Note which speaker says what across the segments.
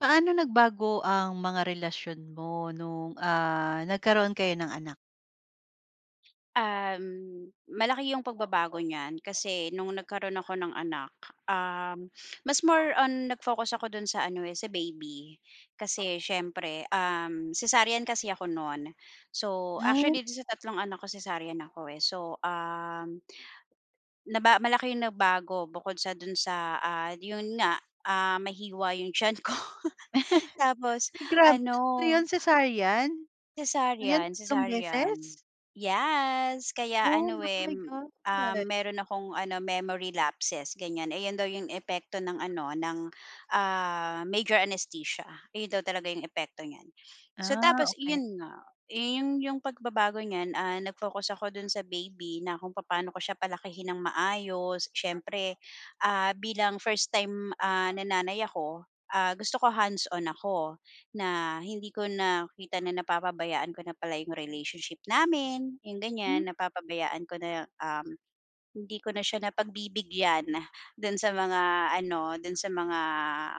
Speaker 1: Paano nagbago ang mga relasyon mo nung, nagkaroon kayo ng anak?
Speaker 2: Malaki yung pagbabago niyan kasi nung nagkaroon ako ng anak, um, mas more on nag-focus ako dun sa ano, eh, sa baby. Kasi siyempre, cesarean kasi ako noon. So,
Speaker 1: Ay,
Speaker 2: actually dito sa tatlong anak ko, cesarean ako eh. So, malaki yung nagbago bukod sa dun sa, yun nga, mahiwa yung tiyan ko. Tapos,
Speaker 1: grabe,
Speaker 2: ano,
Speaker 1: tatlo 'yon, cesarean? Ayan,
Speaker 2: cesarean,
Speaker 1: tatlong beses?
Speaker 2: cesarean. Yes, kaya
Speaker 1: Oh
Speaker 2: ano, eh,
Speaker 1: my
Speaker 2: m-
Speaker 1: God.
Speaker 2: Meron akong ano, memory lapses ganyan. Ayun daw yung epekto ng ano, ng, major anesthesia. Ayun daw talaga yung epekto niyan. So
Speaker 1: Ah,
Speaker 2: tapos
Speaker 1: okay.
Speaker 2: yun nga, eh, yung pagbabago niyan, nag-focus ako dun sa baby na kung paano ko siya palakihin ng maayos. Siyempre, bilang first time, nananay ako, gusto ko hands-on ako. Na hindi ko nakita na napapabayaan ko na pala yung relationship namin, yung
Speaker 1: Hmm,
Speaker 2: ganyan. Napapabayaan ko na, hindi ko na siya napagbibigyan dun sa mga ano, dun sa mga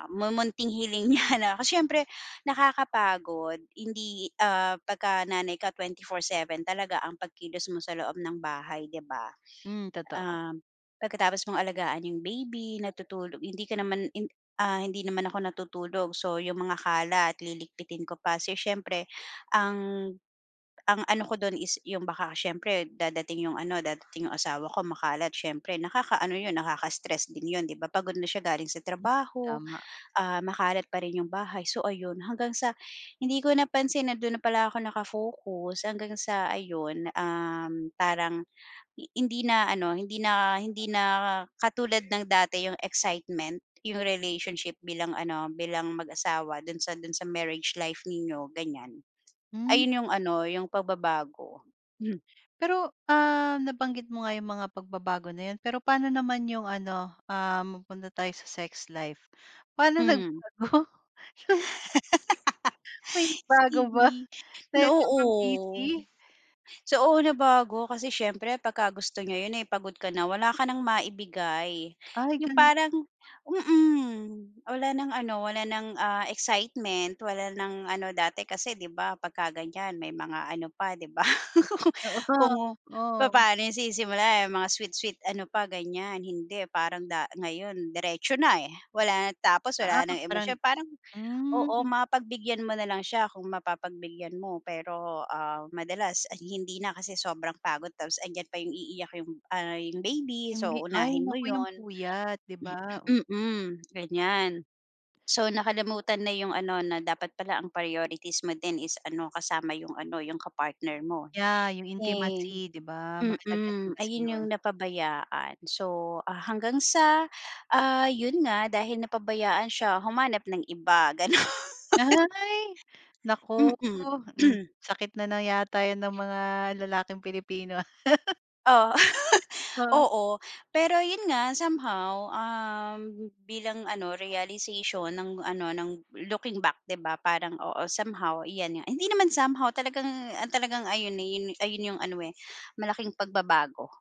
Speaker 2: mumunting hiling niya na kasi siyempre nakakapagod. Hindi, pagka nanay ka 4/7 talaga ang pagkilos mo sa loob ng bahay, 'di ba?
Speaker 1: hmm, totoo,
Speaker 2: um, Pagkatapos mong alagaan yung baby, natutulog hindi ka naman hindi naman ako natutulog. So, yung mga kalat lilikpitin ko pa. So, siyempre ang ang ano ko dun is yung baka siyempre dadating yung ano, dadating yung asawa ko makalat siyempre nakakaano yun, nakaka-stress din yun, 'di ba? Pagod na siya galing sa trabaho,
Speaker 1: tama.
Speaker 2: makalat pa rin yung bahay. So ayun, hanggang sa hindi ko napansin na doon na pala ako hanggang sa ayun, parang hindi na ano, hindi na katulad ng dati yung excitement, yung relationship bilang ano, bilang mag-asawa dun sa marriage life ninyo, ganyan.
Speaker 1: Hmm,
Speaker 2: Ayun yung ano, yung pagbabago. Hmm.
Speaker 1: pero, nabanggit mo nga yung mga pagbabago na 'yon, pero paano naman yung ano, mapunta tayo sa sex life. Paano
Speaker 2: Hmm.
Speaker 1: nagbago? May nagbago ba
Speaker 2: Sige, na
Speaker 1: dahil sobrang busy?
Speaker 2: oo. So, oo, nabago kasi siyempre pagka gusto niya yun, eh, pagod ka na, wala ka ng maibigay.
Speaker 1: Ay,
Speaker 2: Yung
Speaker 1: gano'n,
Speaker 2: parang wala ng ano, wala ng, excitement, wala ng ano dati kasi 'di ba pagka ganyan may mga ano pa 'di ba,
Speaker 1: oo,
Speaker 2: kung
Speaker 1: oh.
Speaker 2: papaano yung sisimulan, eh, mga sweet-sweet ano pa ganyan. Hindi, parang ngayon diretso na, eh, wala na tapos
Speaker 1: Ah,
Speaker 2: wala ng emosyon
Speaker 1: parang
Speaker 2: parang. Oo,
Speaker 1: hmm,
Speaker 2: mapagbigyan mo na lang siya kung mapapagbigyan mo. Pero, madalas ay hindi na kasi sobrang pagod tapos andiyan pa yung iiyak yung, yung baby.
Speaker 1: imbi
Speaker 2: So,
Speaker 1: ay
Speaker 2: unahin mo
Speaker 1: naku yung
Speaker 2: yon,
Speaker 1: puyat 'di ba? O
Speaker 2: Mm, mm, ganyan. So, nakalimutan na yung ano na dapat pala ang priorities mo din is ano kasama yung ano, yung kapartner mo.
Speaker 1: yeah, yung
Speaker 2: Eh
Speaker 1: intimacy 'di ba mahalaga din kasi
Speaker 2: ayun yung
Speaker 1: yun.
Speaker 2: napabayaan. So, hanggang sa, yun nga dahil napabayaan siya humanap ng iba, gano'n.
Speaker 1: Ay, naku,
Speaker 2: Mm.
Speaker 1: sakit na na yata yan ng mga lalaking Pilipino.
Speaker 2: Oh,
Speaker 1: Ah.
Speaker 2: oo. Pero yun nga somehow, bilang ano realization ng ano ng looking back 'di ba parang oo somehow iyan nga hindi naman somehow talagang, talagang ayun, eh, ayun yung ano, eh, malaking pagbabago.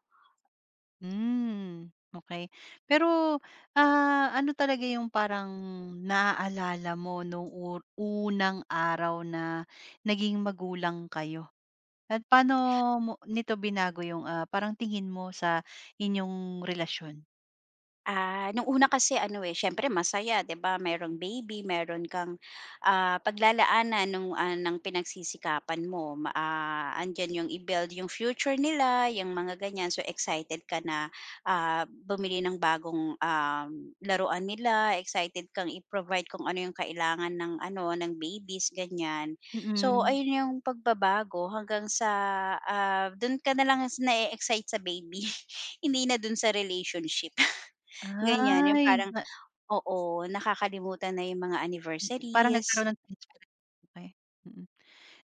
Speaker 1: Hmm, okay. Pero, ano talaga yung parang naaalala mo nung unang araw na naging magulang kayo? At paano mo nito binago yung, parang tingin mo sa inyong relasyon?
Speaker 2: Nung una kasi ano, eh, siyempre masaya 'di ba, merong baby, meron kang, paglalaanan ng pinagsisikapan mo andiyan yung i-build yung future nila, yung mga ganyan. So, excited ka na, bumili ng bagong, laruan nila, excited kang i-provide kung ano yung kailangan ng ano, ng babies, ganyan. So,
Speaker 1: Mm.
Speaker 2: ayun yung pagbabago hanggang sa, dun ka na lang na-e-excite sa baby, hindi na dun sa relationship. Ganyan, yung
Speaker 1: Ay,
Speaker 2: parang
Speaker 1: na
Speaker 2: oo, nakakalimutan na yung mga
Speaker 1: parang
Speaker 2: anniversaries,
Speaker 1: nagkaroon ng transfer. Okay. Mm.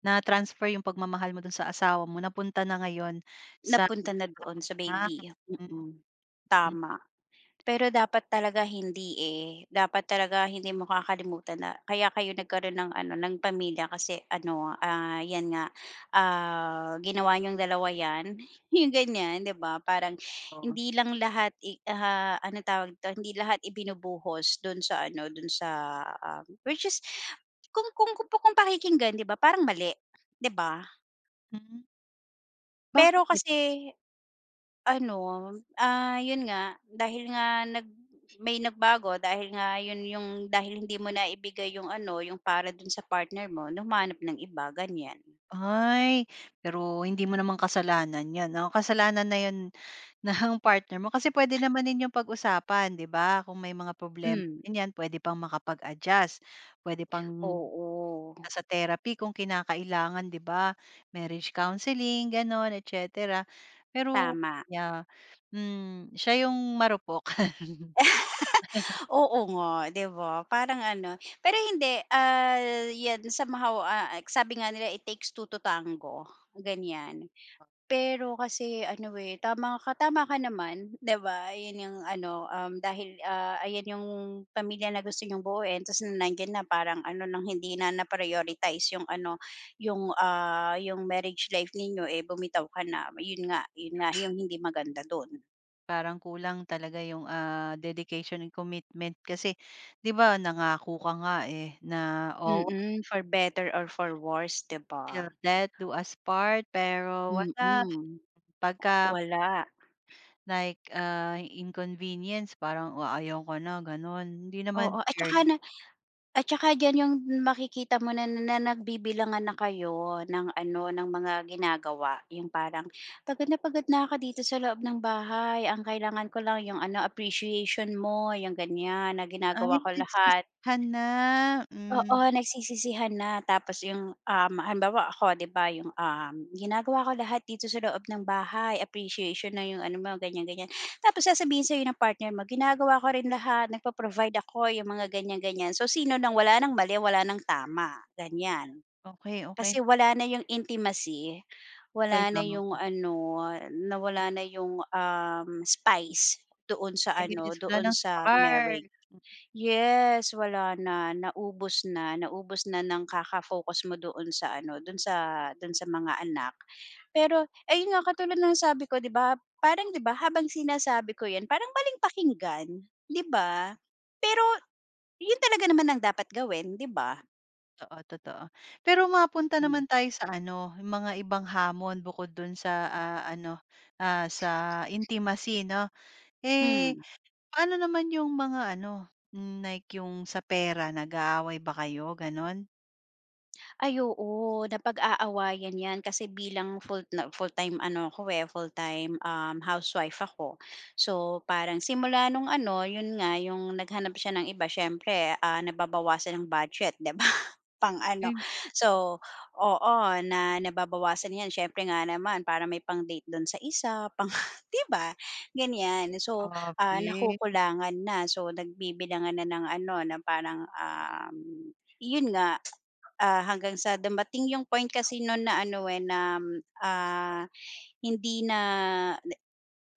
Speaker 1: Na-transfer yung pagmamahal mo dun sa asawa mo, napunta na ngayon sa
Speaker 2: napunta na doon sa
Speaker 1: anak.
Speaker 2: baby,
Speaker 1: Mm,
Speaker 2: tama. Pero dapat talaga hindi, eh. Dapat talaga hindi mo kakalimutan na kaya kayo nagkaroon ng ano, ng pamilya kasi ano, 'yan nga, ginawa niyong dalawa 'yan, yung ganyan, 'di ba? Parang
Speaker 1: oo.
Speaker 2: hindi lang lahat ano tawag dito, hindi lahat ibinubuhos do'n sa ano, do'n sa, which is kung pakikinggan, 'di ba, parang mali, 'di ba?
Speaker 1: Hmm,
Speaker 2: Pero
Speaker 1: bakit?
Speaker 2: kasi ano, yun nga, dahil nga may nagbago dahil nga yun yung dahil hindi mo na ibigay yung ano, yung para dun sa partner mo, humanap ng iba, ganyan.
Speaker 1: Ay, pero hindi mo naman kasalanan 'yun, no? Kasalanan na 'yun ng partner mo kasi pwede naman ninyong pag-usapan, 'di ba? Kung may mga problema,
Speaker 2: Hmm.
Speaker 1: ganyan, pwede pang makapag-adjust, puwede pang
Speaker 2: Oo,
Speaker 1: sa therapy kung kinakailangan, 'di ba? Marriage counseling, gano'n, et cetera. Pero
Speaker 2: tama.
Speaker 1: yeah, hmm, siya yung marupok.
Speaker 2: Oo nga, 'di ba? Parang ano pero hindi, yan somehow, sabi nga nila, "It takes two to tango," ganyan. Pero kasi ano, eh, tama ka naman, 'di ba? Yun yung ano, dahil, ayan yung pamilya na gusto niyong buuin ta's nandiyan na parang ano nang hindi na na-prioritize yung ano, yung, yung marriage life ninyo, eh, bumitaw ka na. Yun nga yung hindi maganda dun.
Speaker 1: Parang kulang talaga yung, dedication and commitment kasi 'di ba nangako ka nga, eh, na
Speaker 2: Mm, for better or for worse, 'di ba?
Speaker 1: till death do us part, pero wala
Speaker 2: Mm,
Speaker 1: pagka
Speaker 2: wala.
Speaker 1: like, inconvenience parang, "Oh, ayaw ko na," gano'n. Hindi naman
Speaker 2: Oo, at
Speaker 1: fair.
Speaker 2: saka At saka diyan yung makikita mo na na nagbibilangan na kayo ng ano, ng mga ginagawa. Yung parang, pagod na ako dito sa loob ng bahay. Ang kailangan ko lang yung ano, appreciation mo." Yung ganyan, na
Speaker 1: Ay,
Speaker 2: ginagawa ko lahat.
Speaker 1: nagsisihan na, hmm,
Speaker 2: Oo, nagsisisihan na tapos yung, halimbawa ako 'di ba yung, ginagawa ko lahat dito sa loob ng bahay, appreciation na yung ano mo ganyan, ganyan. Tapos sasabihin sa'yo ng partner mo, ginagawa ko rin lahat, nagpo-provide ako yung mga ganyan, ganyan. So sino ng wala nang mali, wala nang tama, ganyan.
Speaker 1: okay, okey,
Speaker 2: Kasi wala na yung intimacy, wala
Speaker 1: kaya
Speaker 2: na
Speaker 1: nga.
Speaker 2: yung ano, nawala na yung, spice doon sa ano,
Speaker 1: Yes, wala
Speaker 2: doon
Speaker 1: ng
Speaker 2: sa
Speaker 1: spark.
Speaker 2: marriage. Yes, wala na, naubos na, naubos na ng kaka-focus mo doon sa ano, doon sa mga anak. Pero ayun nga, katulad ng sabi ko 'di ba, parang 'di ba habang sinasabi ko 'yan parang baling pakinggan, 'di ba? Pero 'yun talaga naman ang dapat gawin, 'di ba?
Speaker 1: Totoo, totoo. Pero mapunta
Speaker 2: Hmm.
Speaker 1: naman tayo sa ano, yung mga ibang hamon bukod dun sa, ano, sa intimacy 'no. Eh
Speaker 2: Hmm.
Speaker 1: paano naman yung mga ano, like yung sa pera nag-aaway ba kayo gano'n?
Speaker 2: Ay oo, napag-aawayan 'yan kasi bilang full-time ano ko eh, full-time, housewife ako. So, parang simula nung ano, 'yun nga, yung naghanap siya ng iba siyempre, nababawasan ang budget, 'di ba? Pang-ano,
Speaker 1: Ay,
Speaker 2: so oo, na nababawasan 'yan siyempre nga naman para may pang-date do'n sa isa, pang 'di ba, ganiyan. So,
Speaker 1: grabe.
Speaker 2: nakukulangan na, so nagbibilangan na ng ano, na parang, 'yun nga, hanggang sa dumating yung point kasi nun na ano, eh, na, ah, hindi na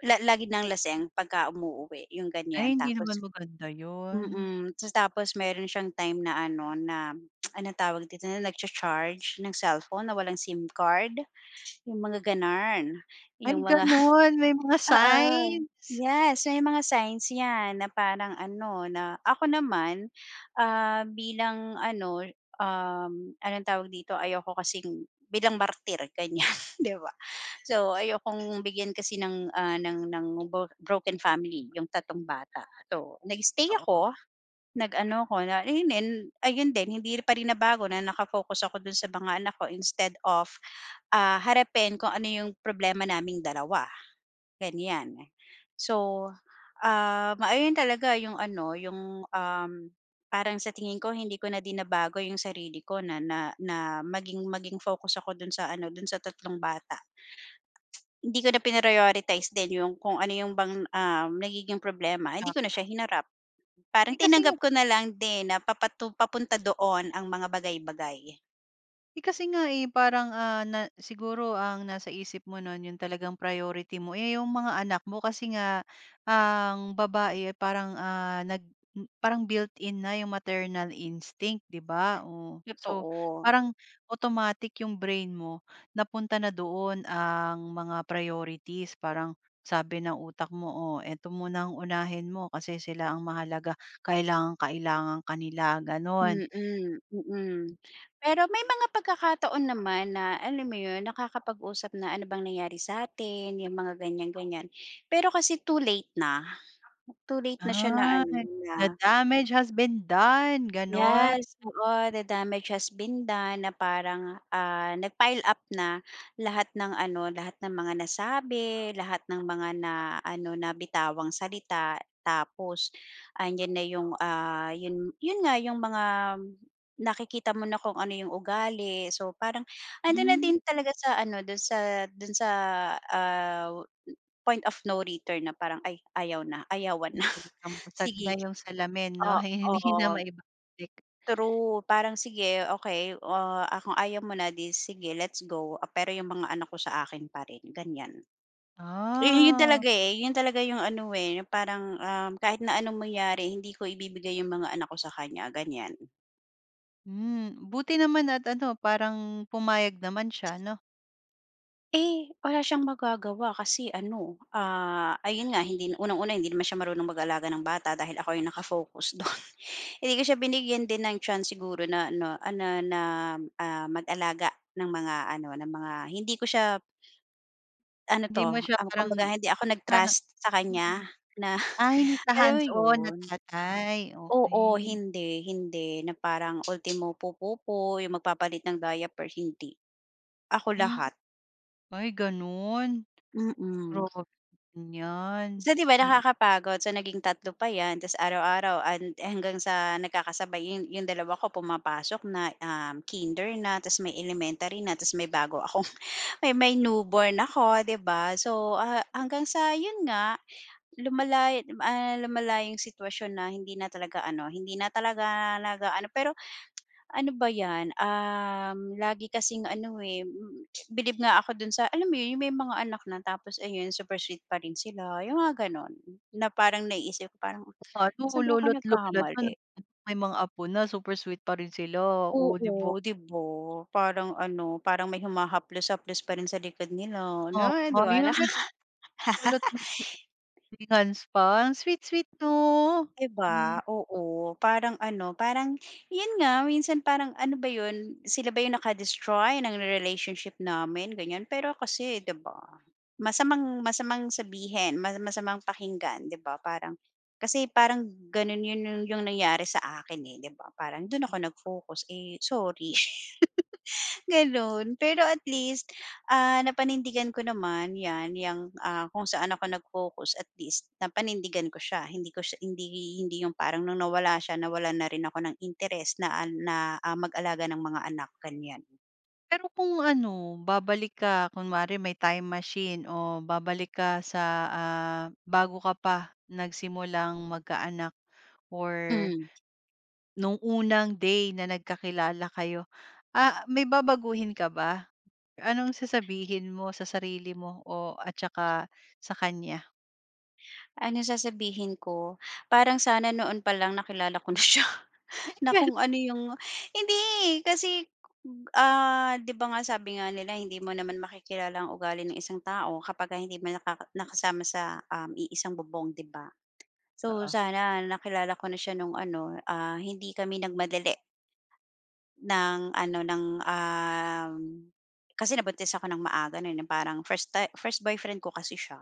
Speaker 2: lagi ng laseng pagka umuuwi, yung
Speaker 1: Ay,
Speaker 2: ganyan.
Speaker 1: hindi naman
Speaker 2: Tapos
Speaker 1: maganda yun.
Speaker 2: mm, tas tapos meron siyang time na ano, na anong tawag dito, na nagcha-charge ng cellphone na walang SIM card, yung mga gano'n.
Speaker 1: Ay,
Speaker 2: Yung mga.
Speaker 1: gano'n, may mga
Speaker 2: Oo.
Speaker 1: signs?
Speaker 2: Yes, may mga signs 'yan na parang ano, na ako naman, bilang ano, um, anong tawag dito, ayoko kasing bilang martir ganyan, 'di ba? So, ayokong bigyan kasi ng, ah, ng bo broken family yung tatong bata. So, nag-stay
Speaker 1: Oo,
Speaker 2: ako, nag-ano ako na ayun din hindi pa rin nabago na ako dun sa mga anak ko instead of, harapin kung ano yung problema naming dalawa. Ganyan. So, ayun talaga yung ano, yung, parang sa tingin ko hindi ko na dinabago yung sarili ko na na na maging maging focus ako dun sa ano, dun sa tatlong bata. Hindi ko na prinorioritize din yung kung ano yung bang, nagiging problema, hindi
Speaker 1: ah,
Speaker 2: ko na siya hinarap.
Speaker 1: eh,
Speaker 2: Parang
Speaker 1: kasi
Speaker 2: tinanggap ko na lang din na papunta doon ang mga bagay-bagay.
Speaker 1: Eh, kasi nga, eh, parang, na siguro ang nasa isip mo nun yung talagang priority mo, eh, yung mga anak mo kasi nga ang babae eh parang, parang built-in na yung maternal instinct, 'di ba? Oh, so
Speaker 2: Totoo.
Speaker 1: parang automatic yung brain mo napunta na doon ang mga priorities. Parang sabi ng utak mo, "Oh, eto muna ang unahin mo kasi sila ang mahalaga, kailangang-kailangan ka nila." Gano'n.
Speaker 2: Mm. Mm. Pero may mga pagkakataon naman na alam mo yun, nakakapag-usap na, "Ano bang nangyari sa'tin?" Yung mga ganyan-ganyan. Pero kasi too late na. Too late na siya na
Speaker 1: Ah,
Speaker 2: ano, na.
Speaker 1: the damage has been done, gano'n.
Speaker 2: Yes, oo, the damage has been done na parang, nag-pile up na lahat ng ano, lahat ng mga nasabi, lahat ng mga na ano, nabitawang salita. Tapos andiyan na yung, yun yun nga yung mga nakikita mo na kung ano yung ugali. So parang andun na
Speaker 1: Hmm,
Speaker 2: din talaga sa ano, dun sa, ah, point of no return na parang, "Ay, ayaw na, ayawan na.
Speaker 1: talagang basag na
Speaker 2: Sige."
Speaker 1: yung salamin 'no, hindi na
Speaker 2: Oo.
Speaker 1: maibabalik.
Speaker 2: True, parang sige, okay, kung ayaw mo na, 'di sige let's go, pero yung mga anak ko sa akin pa rin, ganyan. Yun
Speaker 1: Ah,
Speaker 2: talaga, eh, yun talaga yung ano, eh, yung parang, kahit na anong mangyari hindi ko ibibigay yung mga anak ko sa kanya, ganyan.
Speaker 1: buti naman at ano, parang pumayag naman siya 'no?
Speaker 2: Eh, wala siyang magagawa kasi ano, ayun nga hindi unang-una hindi naman siya marunong mag-alaga ng bata dahil ako yung naka-focus dun. Hindi ko siya binigyan din ng chance siguro na ano, ah, na na, ah, mag-alaga ng mga ano, ng mga hindi ko siya. Ano
Speaker 1: Hindi
Speaker 2: 'to,
Speaker 1: mo siya parang
Speaker 2: kumbaga hindi ako
Speaker 1: na
Speaker 2: nag-trust sa
Speaker 1: mm,
Speaker 2: kanya na
Speaker 1: hindi siya
Speaker 2: alam mo
Speaker 1: hands-on na
Speaker 2: 'yun?
Speaker 1: tatay,
Speaker 2: Oo,
Speaker 1: okey.
Speaker 2: hindi, hindi na parang ultimo pupupo, yung magpapalit ng diaper, hindi. Ako
Speaker 1: Hmm,
Speaker 2: lahat,
Speaker 1: ay gano'n,
Speaker 2: mm.
Speaker 1: grabe din 'yan.
Speaker 2: So, 'di ba
Speaker 1: Mm,
Speaker 2: nakakapagod, so naging tatlo pa 'yan ta's araw-araw and hanggang sa nagkakasabay yung dalawa ko pumapasok na, kinder na ta's may elementary na ta's may bago akong may newborn ako, 'di ba? So, hanggang sa 'yun nga, lumala yung sitwasyon na hindi na talaga ano, hindi na talaga pero ano ba 'yan, lagi kasing ano, eh, bilib nga ako dun sa alam mo 'yun, yung may mga anak na tapos ayun super sweet pa rin sila, yung mga gano'n. Na parang naiisip ko parang,
Speaker 1: ano
Speaker 2: saan ba ako
Speaker 1: lolo't lola na
Speaker 2: nagkamali?
Speaker 1: may mga apo na, super sweet pa rin sila, oh, 'di ba?
Speaker 2: Oo, 'di ba? Parang ano, parang may humahaplos-haplos pa rin sa likod nila, 'no,
Speaker 1: Oo,
Speaker 2: 'di ba?
Speaker 1: yung may magdulot ng hands pa, ang sweet-sweet 'no?
Speaker 2: 'Di
Speaker 1: Hmm.
Speaker 2: ba, oo. Parang ano, parang 'yun nga minsan parang ano ba 'yun, sila ba 'yung naka-destroy ng relationship namin ganiyan. Pero kasi 'di ba, masamang masamang sabihin, mas masamang pakinggan 'di ba, parang kasi parang gano'n 'yun 'yung nangyari sa akin, eh, 'di ba. Parang do'n ako nag-focus, eh, sorry. Gano'n. Pero at least, napanindigan ko naman 'yan, yung kung saan ako nag-focus at least napanindigan ko siya. Hindi ko siya hindi hindi yung parang nung nawala siya, nawalan na rin ako ng interes na mag-alaga ng mga anak, ganiyan.
Speaker 1: Pero kung ano, babalik ka kunwari may time machine o babalik ka sa, bago ka pa nagsimulang magkaanak or
Speaker 2: Hmm,
Speaker 1: nung unang day na nagkakilala kayo, may babaguhin ka ba? Anong sasabihin mo sa sarili mo o at saka sa kanya?
Speaker 2: ano sasabihin ko, parang sana noon pa lang nakilala ko na siya. Na kung ano yung hindi, kasi, 'di ba nga sabi nga nila hindi mo naman makikilala ang ugali ng isang tao kapagka hindi mo nakasama sa, iisang bubong, 'di ba? So,
Speaker 1: Oo,
Speaker 2: sana nakilala ko na siya nung ano, hindi kami nagmadali. Ng ano, ng, kasi nabuntis ako ng maaga nun, yung parang first boyfriend ko kasi siya.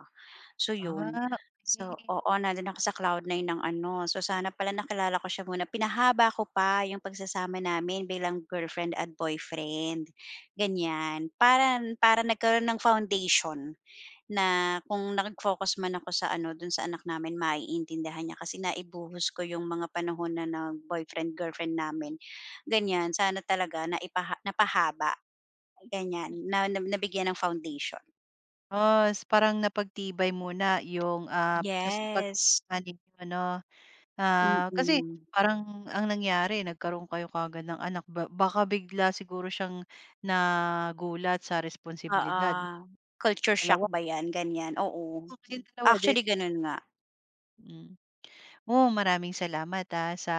Speaker 2: So yun,
Speaker 1: ah,
Speaker 2: so
Speaker 1: okey.
Speaker 2: oo, nandun ako sa cloud nine ng ano, so sana pala nakilala ko siya muna. Pinahaba ko pa yung pagsasama namin bilang girlfriend at boyfriend, ganyan. Para para nagkaroon ng foundation. Na kung nag-focus man ako sa ano, dun sa anak namin maiintindihan niya kasi naibuhos ko yung mga panahon na nag-boyfriend, girlfriend namin, ganyan. Sana talaga napahaba, ganyan, na na nabigyan ng foundation.
Speaker 1: Yes, parang napagtibay muna yung, tas
Speaker 2: Yes,
Speaker 1: pagmamahal ninyo ano. Ah, kasi
Speaker 2: mm.
Speaker 1: parang ang nangyari nagkaroon kayo kaagad ng anak baka bigla siguro siyang nagulat sa
Speaker 2: Oo,
Speaker 1: responsibilidad niyong
Speaker 2: culture shock
Speaker 1: dalawa.
Speaker 2: ba 'yan, ganyan, oo.
Speaker 1: Oo, kayong dalawa din.
Speaker 2: Actually, ganun nga.
Speaker 1: Hmm. Oo, maraming salamat, sa,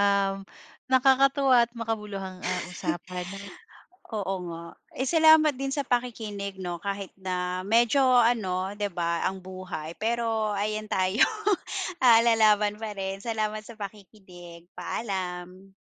Speaker 1: um, nakakatuwa at makabuluhang, usapan na
Speaker 2: Oo nga. Eh, salamat din sa pakikinig 'no, kahit na medyo ano, 'di ba, ang buhay pero ayan tayo, lalaban pa rin. Salamat sa pakikinig, paalam.